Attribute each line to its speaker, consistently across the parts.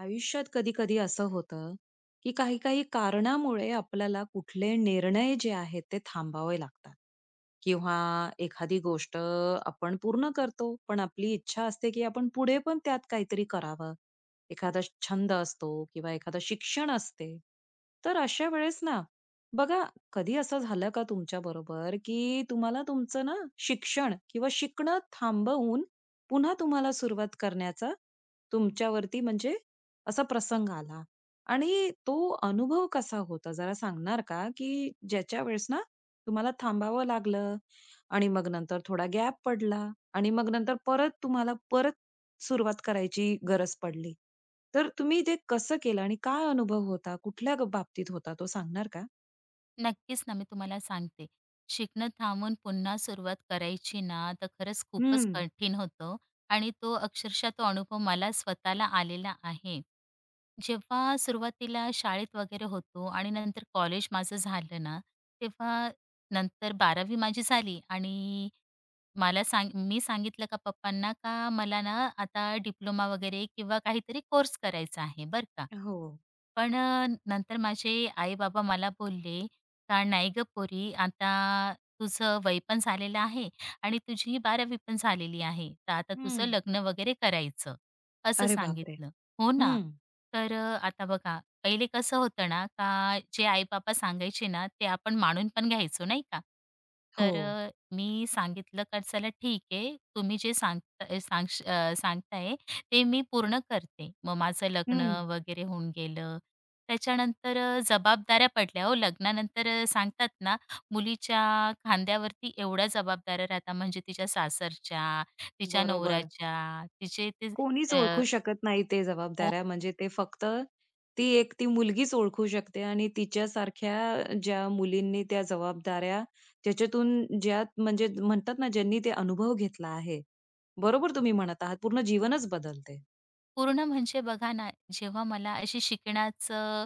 Speaker 1: आयुष्यात कधी-कधी असं होतं, की काही-काही कारणामुळे आपल्याला कुठले निर्णय जे आहेत ते थांबवावे लागतात किंवा एखादी गोष्ट आपण पूर्ण करतो, पण आपली इच्छा असते, की आपण पुढे पण त्यात काहीतरी करावं. एखादा छंद असतो किंवा एखादं शिक्षण असते. तर अशा वेळेस ना, बघा कधी असं झालं का तुमच्याबरोबर, की तुम्हाला तुमचं ना शिक्षण किंवा शिकणं थांबवून पुन्हा तुम्हाला सुरुवात करण्याचा तुमच्यावरती म्हणजे असा प्रसंग आला. आणि तो अनुभव कसा होता जरा सांगणार का? की ज्याच्या वेळेस ना तुम्हाला थांबावं लागलं आणि मग नंतर थोडा गॅप पडला आणि मग नंतर परत तुम्हाला परत सुरुवात करायची गरज पडली. तर तुम्ही ते कसं केलं आणि काय अनुभव होता? कुठल्या ग बाबतीत होता तो सांगणार का?
Speaker 2: नक्कीच ना, मी तुम्हाला सांगते. शिकणं थांबून पुन्हा सुरुवात करायची ना, तर खरंच खूपच
Speaker 1: हं.
Speaker 2: कठीण होतं आणि तो अक्षरशः तो अनुभव मला स्वतःला आलेला आहे. जेव्हा सुरुवातीला शाळेत वगैरे होतो आणि नंतर कॉलेज माझं झालं ना, तेव्हा नंतर 12वी माझी झाली आणि मला सांग मी सांगितलं का पप्पांना का मला ना आता डिप्लोमा वगैरे किंवा काहीतरी कोर्स करायचा आहे बरं का.
Speaker 1: हो.
Speaker 2: पण नंतर माझे आई-बाबा मला बोलले का "नाही गं पोरी, आता तुझं वय पण झालेलं आहे आणि तुझी 12वी पण झालेली आहे. तर आता
Speaker 1: हं.
Speaker 2: तुझं लग्न वगैरे करायचं." असं
Speaker 1: अरे बापरे!
Speaker 2: सांगितलं. हो ना.
Speaker 1: हं.
Speaker 2: तर आता बघा, पहिले कसं होतं ना, का जे आई-बाबा सांगायचे ना, ते आपण मानून पण घ्यायचो, नाही का?
Speaker 1: हो.
Speaker 2: तर मी सांगितलं का चला ठीक आहे, तुम्ही जे सांगताय ते मी पूर्ण करते. मग माझं लग्न
Speaker 1: हं.
Speaker 2: वगैरे होऊन गेलं. त्याच्यानंतर जबाबदाऱ्या पडल्या हो. लग्नानंतर सांगतात ना, मुलीच्या खांद्यावरती एवढ्या जबाबदाऱ्या राहतात, म्हणजे तिच्या सासरच्या, तिच्या
Speaker 1: बरोबर.
Speaker 2: नवऱ्याच्या, तिचे ते
Speaker 1: कोणीच
Speaker 2: अ,
Speaker 1: ओळखू शकत नाही ते
Speaker 2: हो.
Speaker 1: जबाबदाऱ्या. म्हणजे ते फक्त ती एक ती मुलगीच ओळखू शकते आणि तिच्यासारख्या ज्या मुलींनी त्या जबाबदाऱ्या त्याच्यातून ज्या म्हणजे म्हणतात ना, ज्यांनी ते अनुभव घेतला आहे. बरोबर तुम्ही म्हणत आहात. पूर्ण जीवनच बदलते.
Speaker 2: पूर्ण म्हणजे बघा ना, जेव्हा मला अशी शिकण्याचं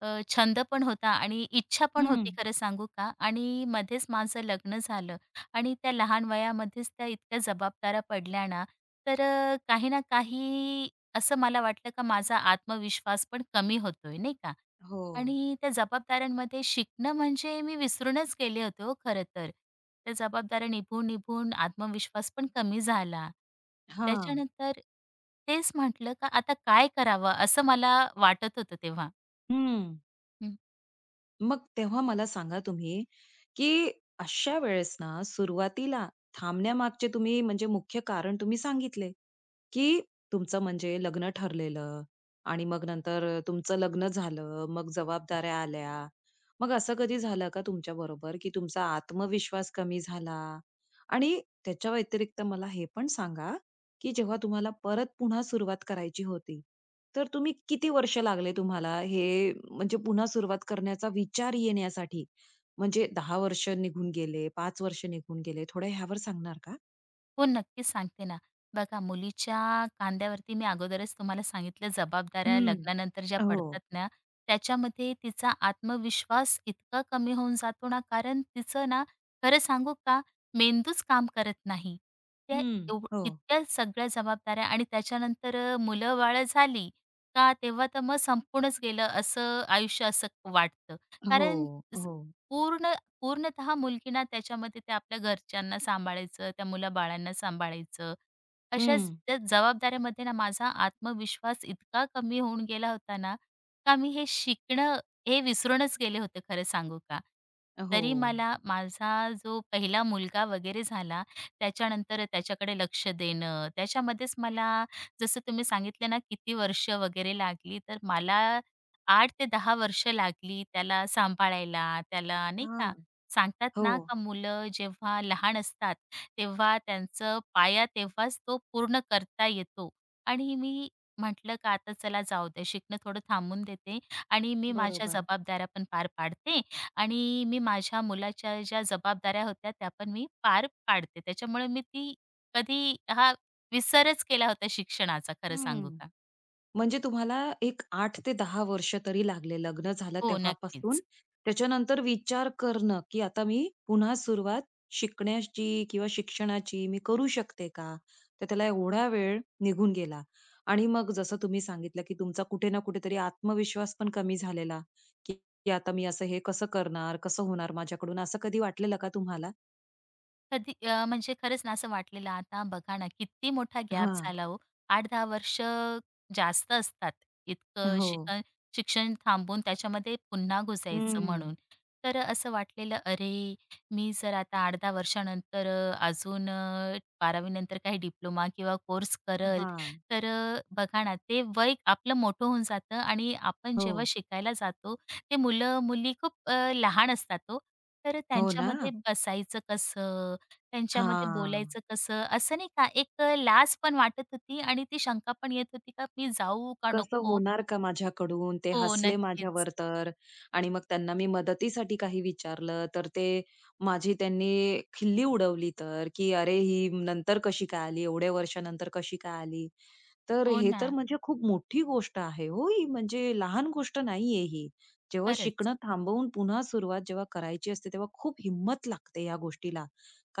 Speaker 2: छंद पण होता आणि इच्छा पण
Speaker 1: हं.
Speaker 2: होती खरं सांगू का आणि मध्येच माझं लग्न झालं आणि त्या लहान वयामध्येच त्या इतक्या जबाबदाऱ्या पडल्या ना, तर काही ना काही असं मला वाटलं का माझा आत्मविश्वास पण कमी होतोय, नाही का?
Speaker 1: हो.
Speaker 2: आणि त्या जबाबदाऱ्यांमध्ये शिकणं म्हणजे मी विसरूनच गेले होते हो खरं तर. त्या जबाबदाऱ्या निभून, निभून आत्मविश्वास पण कमी झाला.
Speaker 1: हां.
Speaker 2: त्याच्यानंतर तेच म्हटलं का आता काय करावं असं मला वाटत होतं तेव्हा.
Speaker 1: हं. मग तेव्हा मला सांगा तुम्ही, की अशा वेळेस ना सुरुवातीला थांबण्यामागचे तुम्ही म्हणजे मुख्य कारण तुम्ही सांगितले, की तुमचं म्हणजे लग्न ठरलेलं आणि मग नंतर तुमचं लग्न झालं, मग जबाबदाऱ्या आल्या. मग असं कधी झालं का तुमच्याबरोबर, की तुमचा आत्मविश्वास कमी झाला? आणि त्याच्या व्यतिरिक्त मला हे पण सांगा, की जेव्हा तुम्हाला परत पुन्हा सुरुवात करायची होती, तर तुम्ही किती वर्ष लागले तुम्हाला हे म्हणजे पुन्हा सुरुवात करण्याचा विचार येण्यासाठी? म्हणजे दहा वर्ष निघून गेले, पाच वर्ष निघून गेले. थोडं ह्यावर सांगणार का?
Speaker 2: हो, नक्कीच सांगते ना. बघा मुलीच्या कांद्यावरती मी अगोदरच तुम्हाला सांगितलं जबाबदाऱ्या
Speaker 1: हं.
Speaker 2: लग्नानंतर ज्या
Speaker 1: हो.
Speaker 2: पडतात ना, त्याच्यामध्ये तिचा आत्मविश्वास इतका कमी होऊन जातो ना, कारण तिचं ना, खरं सांगू का, मेंदूच काम करत नाही. त्या
Speaker 1: हं. हो.
Speaker 2: इतक्या सगळ्या जबाबदाऱ्या आणि त्याच्यानंतर मुलं-बाळं झाली का, तेव्हा तर मग संपूर्णच गेलं असं आयुष्य असं वाटतं.
Speaker 1: हो,
Speaker 2: कारण स
Speaker 1: हो.
Speaker 2: पूर्ण पूर्णतः मुलगीना त्याच्यामध्ये ते आपल्या घरच्यांना सांभाळायचं, त्या मुलाबाळांना सांभाळायचं. अशाच
Speaker 1: हं.
Speaker 2: त्या जबाबदाऱ्यामध्ये ना माझा आत्मविश्वास इतका कमी होऊन गेला होता ना, का मी हे शिकणं हे विसरूनच गेले होते खरं सांगू का.
Speaker 1: हो.
Speaker 2: तरी मला माझा जो पहिला मुलगा वगैरे झाला, त्याच्यानंतर त्याच्याकडे लक्ष देणं, त्याच्यामध्येच मला जसं तुम्ही सांगितलं ना किती वर्ष वगैरे लागली, तर मला 8 ते 10 वर्ष लागली त्याला सांभाळायला, त्याला नाही का
Speaker 1: हां.
Speaker 2: सांगतात
Speaker 1: हो.
Speaker 2: ना का मुलं जेव्हा लहान असतात, तेव्हा त्यांचं पाया तेव्हाच तो पूर्ण करता येतो आणि मी म्हटलं का आता चला जाऊ दे, शिकणं थोडं थांबून देते आणि मी माझ्या
Speaker 1: बरोबर.
Speaker 2: जबाबदाऱ्या पण पार पाडते आणि मी माझ्या मुलाच्या ज्या जबाबदाऱ्या होत्या, त्या पण मी पार पाडते. त्याच्यामुळे मी ती कधी हा विसरच केला होता शिक्षणाचा खरं सांगू
Speaker 1: हं.
Speaker 2: का.
Speaker 1: म्हणजे तुम्हाला एक आठ ते दहा वर्ष तरी लागले. लग्न झालं
Speaker 2: हो,
Speaker 1: तेव्हापासून.
Speaker 2: नक्कीच.
Speaker 1: त्याच्यानंतर विचार करणं, की आता मी पुन्हा सुरुवात शिकण्याची किंवा शिक्षणाची मी करू शकते का? तर त्याला एवढा वेळ निघून गेला. आणि मग जसं तुम्ही सांगितलं, की तुमचा कुठे ना कुठेतरी आत्मविश्वास पण कमी झालेला, की की आता मी असं हे कसं करणार? कसं होणार माझ्याकडून? असं कधी वाटलेलं का तुम्हाला?
Speaker 2: म्हणजे खरंच ना असं वाटलेलं आता बघा ना किती मोठा गॅप
Speaker 1: हां.
Speaker 2: झाला हो. 8-10 वर्ष जास्त असतात. इतकं
Speaker 1: हो.
Speaker 2: शिकण शिक्षण थांबून त्याच्यामध्ये पुन्हा घुसायचं
Speaker 1: हं.
Speaker 2: म्हणून. तर असं वाटलेलं अरे, मी जर आता 8-10 वर्षानंतर 12वी नंतर काही डिप्लोमा किंवा कोर्स करेल,
Speaker 1: हां.
Speaker 2: तर बघा ना ते वय आपलं मोठं होऊन जातं आणि आपण जेव्हा
Speaker 1: हो.
Speaker 2: शिकायला जातो, ते मुलं-मुली खूप लहान असतात हो. तर
Speaker 1: हो
Speaker 2: त्यांच्यामध्ये
Speaker 1: ना?
Speaker 2: बसायचं कसं? त्यांच्यामध्ये
Speaker 1: हां.
Speaker 2: बोलायचं कसं? असं नाही का एक लाज पण वाटत होती आणि ती शंका पण येत होती का मी जाऊ का
Speaker 1: कसं
Speaker 2: नको?
Speaker 1: होणार का माझ्याकडून? ते
Speaker 2: हो,
Speaker 1: हसले
Speaker 2: नक्कीच.
Speaker 1: माझ्यावर तर आणि मग त्यांना मी मदतीसाठी काही विचारलं, तर ते माझी त्यांनी खिल्ली उडवली तर, की "अरे, ही नंतर कशी काय आली? एवढ्या वर्षानंतर कशी काय आली?" तर
Speaker 2: हो
Speaker 1: हे
Speaker 2: ना,
Speaker 1: तर म्हणजे खूप मोठी गोष्ट आहे हो ही, म्हणजे लहान गोष्ट नाहीये ही. जेव्हा
Speaker 2: खरंच.
Speaker 1: शिकणं थांबवून पुन्हा सुरुवात जेव्हा करायची असते, तेव्हा खूप हिंमत लागते या गोष्टीला.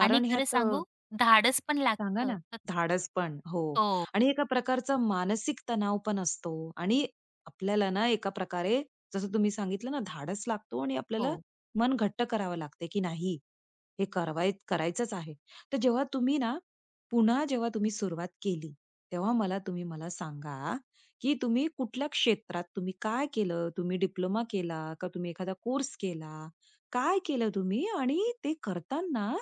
Speaker 2: आणि खरं
Speaker 1: ह्यात
Speaker 2: सांगू धाडस पण
Speaker 1: सांगा
Speaker 2: लागतं.
Speaker 1: ना. धाडस पण. हो.
Speaker 2: हो,
Speaker 1: आणि एका प्रकारचा मानसिक तणाव पण असतो आणि आपल्याला ना एका प्रकारे जसं तुम्ही सांगितलं ना धाडस लागतो आणि आपल्याला
Speaker 2: हो.
Speaker 1: मन घट्ट करावं लागते, की नाही हे करायचंच आहे. तर जेव्हा तुम्ही ना पुन्हा जेव्हा तुम्ही सुरुवात केली, तेव्हा मला सांगा, की तुम्ही कुठल्या क्षेत्रात तुम्ही काय केलं? तुम्ही डिप्लोमा केला का तुम्ही एखादा कोर्स केला? काय केलं तुम्ही? आणि ते करताना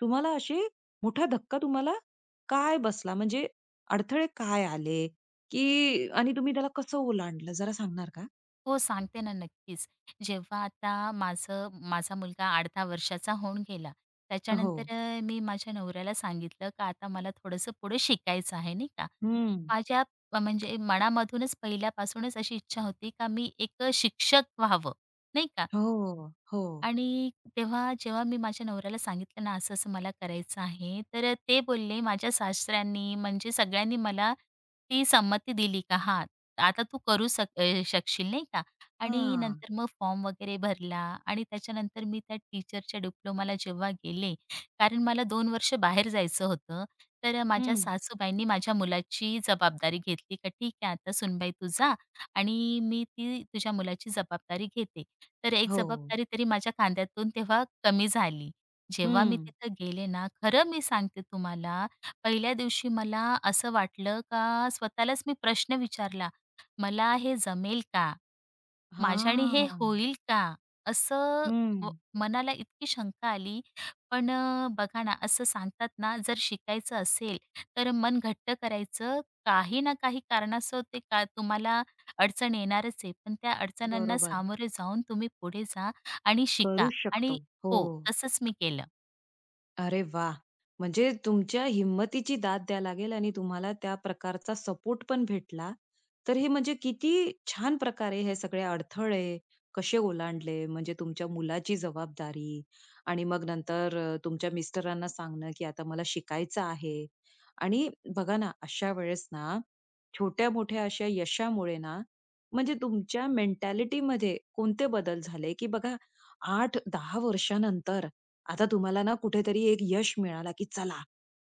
Speaker 1: तुम्हाला असे मोठा धक्का तुम्हाला काय बसला? म्हणजे अडथळे काय आले? की आणि तुम्ही त्याला कसं ओलांडलं जरा सांगणार का?
Speaker 2: हो, सांगते ना नक्कीच. जेव्हा आता माझा मुलगा अर्धा वर्षाचा होऊन गेला,
Speaker 1: हो.
Speaker 2: त्याच्यानंतर मी माझ्या नवऱ्याला सांगितलं का आता मला थोडंसं पुढे शिकायचं आहे, नाही का.
Speaker 1: हं.
Speaker 2: माझ्या म्हणजे मनामधूनच पहिल्यापासूनच अशी इच्छा होती का मी एक शिक्षक व्हावं, नाही का.
Speaker 1: हो, हो.
Speaker 2: आणि तेव्हा जेव्हा मी माझ्या नवऱ्याला सांगितलं ना, असं-असं मला करायचं आहे, तर ते बोलले माझ्या सासऱ्यांनी म्हणजे सगळ्यांनी मला ती संमती दिली का हां, आता तू करू शकशील नाही का. आणि
Speaker 1: हां.
Speaker 2: नंतर मग फॉर्म वगैरे भरला आणि त्याच्यानंतर मी त्या टीचरच्या डिप्लोमाला जेव्हा गेले, कारण मला 2 वर्ष बाहेर जायचं होतं. तर माझ्या
Speaker 1: हं.
Speaker 2: सासूबाईंनी माझ्या मुलाची जबाबदारी घेतली, का ठीक आहे आता सुनबाई तू जा आणि मी ती तुझ्या मुलाची जबाबदारी घेते. तर एक
Speaker 1: हो.
Speaker 2: जबाबदारी तरी माझ्या खांद्यातून तेव्हा कमी झाली. जेव्हा मी
Speaker 1: हं.
Speaker 2: तिथं गेले ना, खरं मी सांगते तुम्हाला, पहिल्या दिवशी मला असं वाटलं का स्वतःलाच मी प्रश्न विचारला, "मला हे जमेल का? माझ्याने हे
Speaker 1: हां.
Speaker 2: होईल का?" असं व
Speaker 1: हं.
Speaker 2: मनाला इतकी शंका आली. पण बघा ना, असं सांगतात ना, जर शिकायचं असेल तर मन घट्ट करायचं. काही ना काही कारणास्तव ते का तुम्हाला अडचण येणारच आहे, पण त्या अडचणांना
Speaker 1: बरोबर.
Speaker 2: सामोरे जाऊन तुम्ही पुढे जा आणि शिका
Speaker 1: करूच
Speaker 2: आणि
Speaker 1: शकतो. हो.
Speaker 2: हो, तसंच मी केलं.
Speaker 1: अरे वाह! म्हणजे तुमच्या हिम्मतीची दाद द्या लागेल आणि तुम्हाला त्या प्रकारचा सपोर्ट पण भेटला. तर हे म्हणजे किती छान प्रकारे हे सगळे अडथळे कसे ओलांडले. म्हणजे तुमच्या मुलाची जबाबदारी आणि मग नंतर तुमच्या मिस्टरांना सांगणं, की आता मला शिकायचं आहे. आणि बघा ना, अशा वेळेस ना, छोट्या-मोठ्या अशा यशामुळे ना, म्हणजे तुमच्या मेंटॅलिटीमध्ये कोणते बदल झाले? की बघा 8-10 वर्षानंतर आता तुम्हाला ना कुठेतरी एक यश मिळाला, की चला,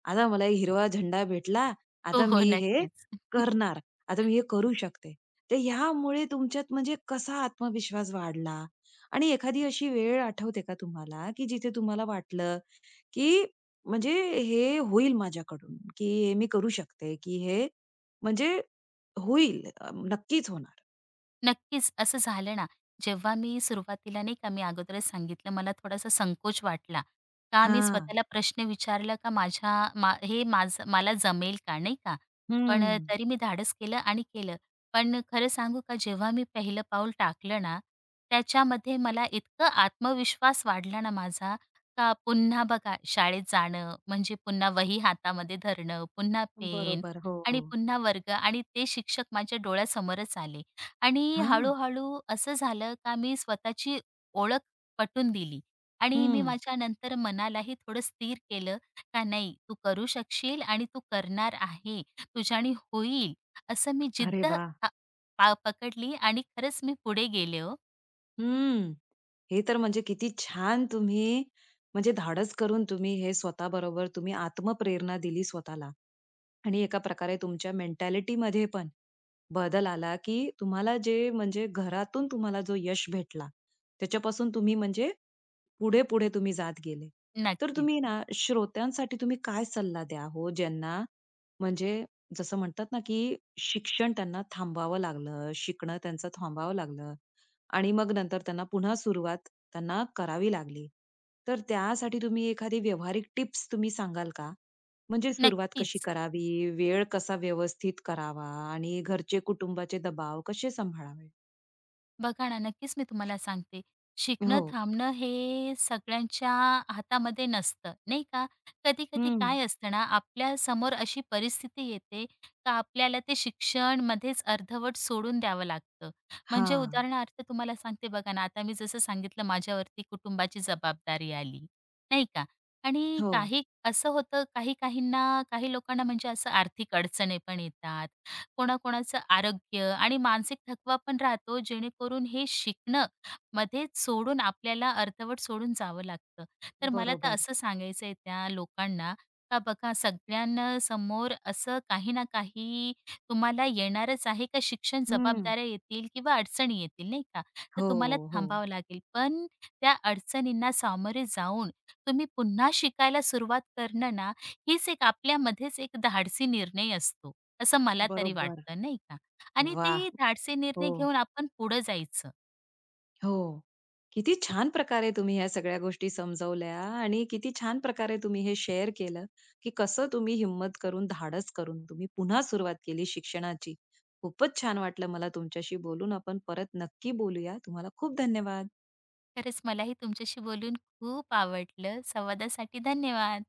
Speaker 1: आता मला एक हिरवा झेंडा भेटला,
Speaker 2: हो,
Speaker 1: आता
Speaker 2: हो,
Speaker 1: मी हे
Speaker 2: नक्कीच.
Speaker 1: करणार, आता मी हे करू शकते. तर ह्यामुळे तुमच्यात म्हणजे कसा आत्मविश्वास वाढला? आणि एखादी अशी वेळ आठवते का तुम्हाला, की जिथे तुम्हाला वाटलं, की म्हणजे हे होईल माझ्याकडून, की हे मी करू शकते, की हे म्हणजे होईल, नक्कीच होणार?
Speaker 2: नक्कीच. असं झालं ना, जेव्हा मी सुरुवातीला नाही का, मी अगोदरच सांगितलं मला थोडासा संकोच वाटला. का मी
Speaker 1: हां.
Speaker 2: स्वतःला प्रश्न विचारला का माझ्या मा हे माझं मला जमेल का, नाही का? पण
Speaker 1: हं.
Speaker 2: तरी मी धाडस केलं आणि केलं. पण खरं सांगू का जेव्हा मी पहिलं पाऊल टाकलं ना, त्याच्यामध्ये मला इतकं आत्मविश्वास वाढला ना माझा, का पुन्हा बघा शाळेत जाणं, म्हणजे पुन्हा वही हातामध्ये धरणं, पुन्हा पेन
Speaker 1: बरोबर. हो.
Speaker 2: आणि पुन्हा वर्ग आणि ते शिक्षक माझ्या डोळ्यासमोरच आले. आणि
Speaker 1: हां.
Speaker 2: हळू-हळू असं झालं का मी स्वतःची ओळख पटवून दिली आणि मी
Speaker 1: हं.
Speaker 2: माझ्या नंतर मनालाही थोडं स्थिर केलं, का नाही तू करू शकशील आणि तू करणार आहे. तुझ्याने होईल असं मी
Speaker 1: अरे
Speaker 2: जिद्द
Speaker 1: वाह!
Speaker 2: अ, पा पकडली आणि खरंच मी पुढे गेले हो.
Speaker 1: हम्म. हे तर म्हणजे किती छान तुम्ही म्हणजे धाडस करून तुम्ही हे स्वतःबरोबर तुम्ही आत्मप्रेरणा दिली स्वतःला आणि एका प्रकारे तुमच्या मेंटॅलिटी मध्ये पण बदल आला की तुम्हाला जे म्हणजे घरातून तुम्हाला जो यश भेटला त्याच्यापासून तुम्ही म्हणजे पुढे पुढे तुम्ही जात गेले तर
Speaker 2: नक्कीच,
Speaker 1: तुम्ही ना श्रोत्यांसाठी तुम्ही काय सल्ला द्या हो ज्यांना म्हणजे जसं म्हणतात ना की शिक्षण त्यांना थांबावं लागलं शिकणं त्यांचं थांबावं लागलं आणि मग नंतर त्यांना पुन्हा सुरुवात त्यांना करावी लागली. तर त्यासाठी तुम्ही एखादी व्यावहारिक टिप्स तुम्ही सांगाल का? म्हणजे सुरुवात कशी
Speaker 2: नक्कीच.
Speaker 1: करावी? वेळ कसा व्यवस्थित करावा? आणि घरचे कुटुंबाचे दबाव कसे सांभाळावे?
Speaker 2: बघा ना, नक्कीच मी तुम्हाला सांगते. शिकणं
Speaker 1: हो.
Speaker 2: थांबणं हे सगळ्यांच्या हातामध्ये नसतं, नाही का? कधी-कधी
Speaker 1: हं.
Speaker 2: काय असतं ना, आपल्या समोर अशी परिस्थिती येते का आपल्याला ते शिक्षणमध्येच अर्धवट सोडून द्यावं लागतं. म्हणजे
Speaker 1: हां.
Speaker 2: उदाहरणार्थ तुम्हाला सांगते बघा ना, आता मी जसं सांगितलं माझ्यावरती कुटुंबाची जबाबदारी आली, नाही का? आणि
Speaker 1: हो.
Speaker 2: काही असं होतं काही-काहींना, काही लोकांना म्हणजे असं आर्थिक अडचणी पण येतात. कोणाकोणाचं आरोग्य आणि मानसिक थकवा पण राहतो, जेणेकरून हे शिकणं मध्ये सोडून आपल्याला अर्धवट सोडून जावं लागतं. तर मला तर
Speaker 1: बरोबर.
Speaker 2: असं सांगायचं आहे त्या लोकांना, का बघा सगळ्यांना समोर असं काही ना काही तुम्हाला येणारच आहे का शिक्षण
Speaker 1: हं.
Speaker 2: जबाबदाऱ्या येतील किंवा अडचणी येतील नाही का? तर
Speaker 1: हो,
Speaker 2: तुम्हाला
Speaker 1: हो.
Speaker 2: थांबावं लागेल. पण त्या अडचणींना सामोरे जाऊन तुम्ही पुन्हा शिकायला सुरुवात करणं ना, हीच एक आपल्यामध्येच एक धाडसी निर्णय असतो. असं मला तरी
Speaker 1: बरोबर.
Speaker 2: वाटतं, नाही का? आणि
Speaker 1: वाह!
Speaker 2: ते धाडसी
Speaker 1: हो.
Speaker 2: निर्णय घेऊन आपण पुढं जायचं.
Speaker 1: हो. किती छान प्रकारे तुम्ही ह्या सगळ्या गोष्टी समजवल्या आणि किती छान प्रकारे तुम्ही हे शेअर केलं, की कसं तुम्ही हिम्मत करून, धाडस करून तुम्ही पुन्हा सुरुवात केली शिक्षणाची. खूपच छान वाटलं मला तुमच्याशी बोलून. आपण परत नक्की बोलूया. तुम्हाला खूप धन्यवाद.
Speaker 2: खरंच मलाही तुमच्याशी बोलून खूप आवडलं. संवादासाठी धन्यवाद.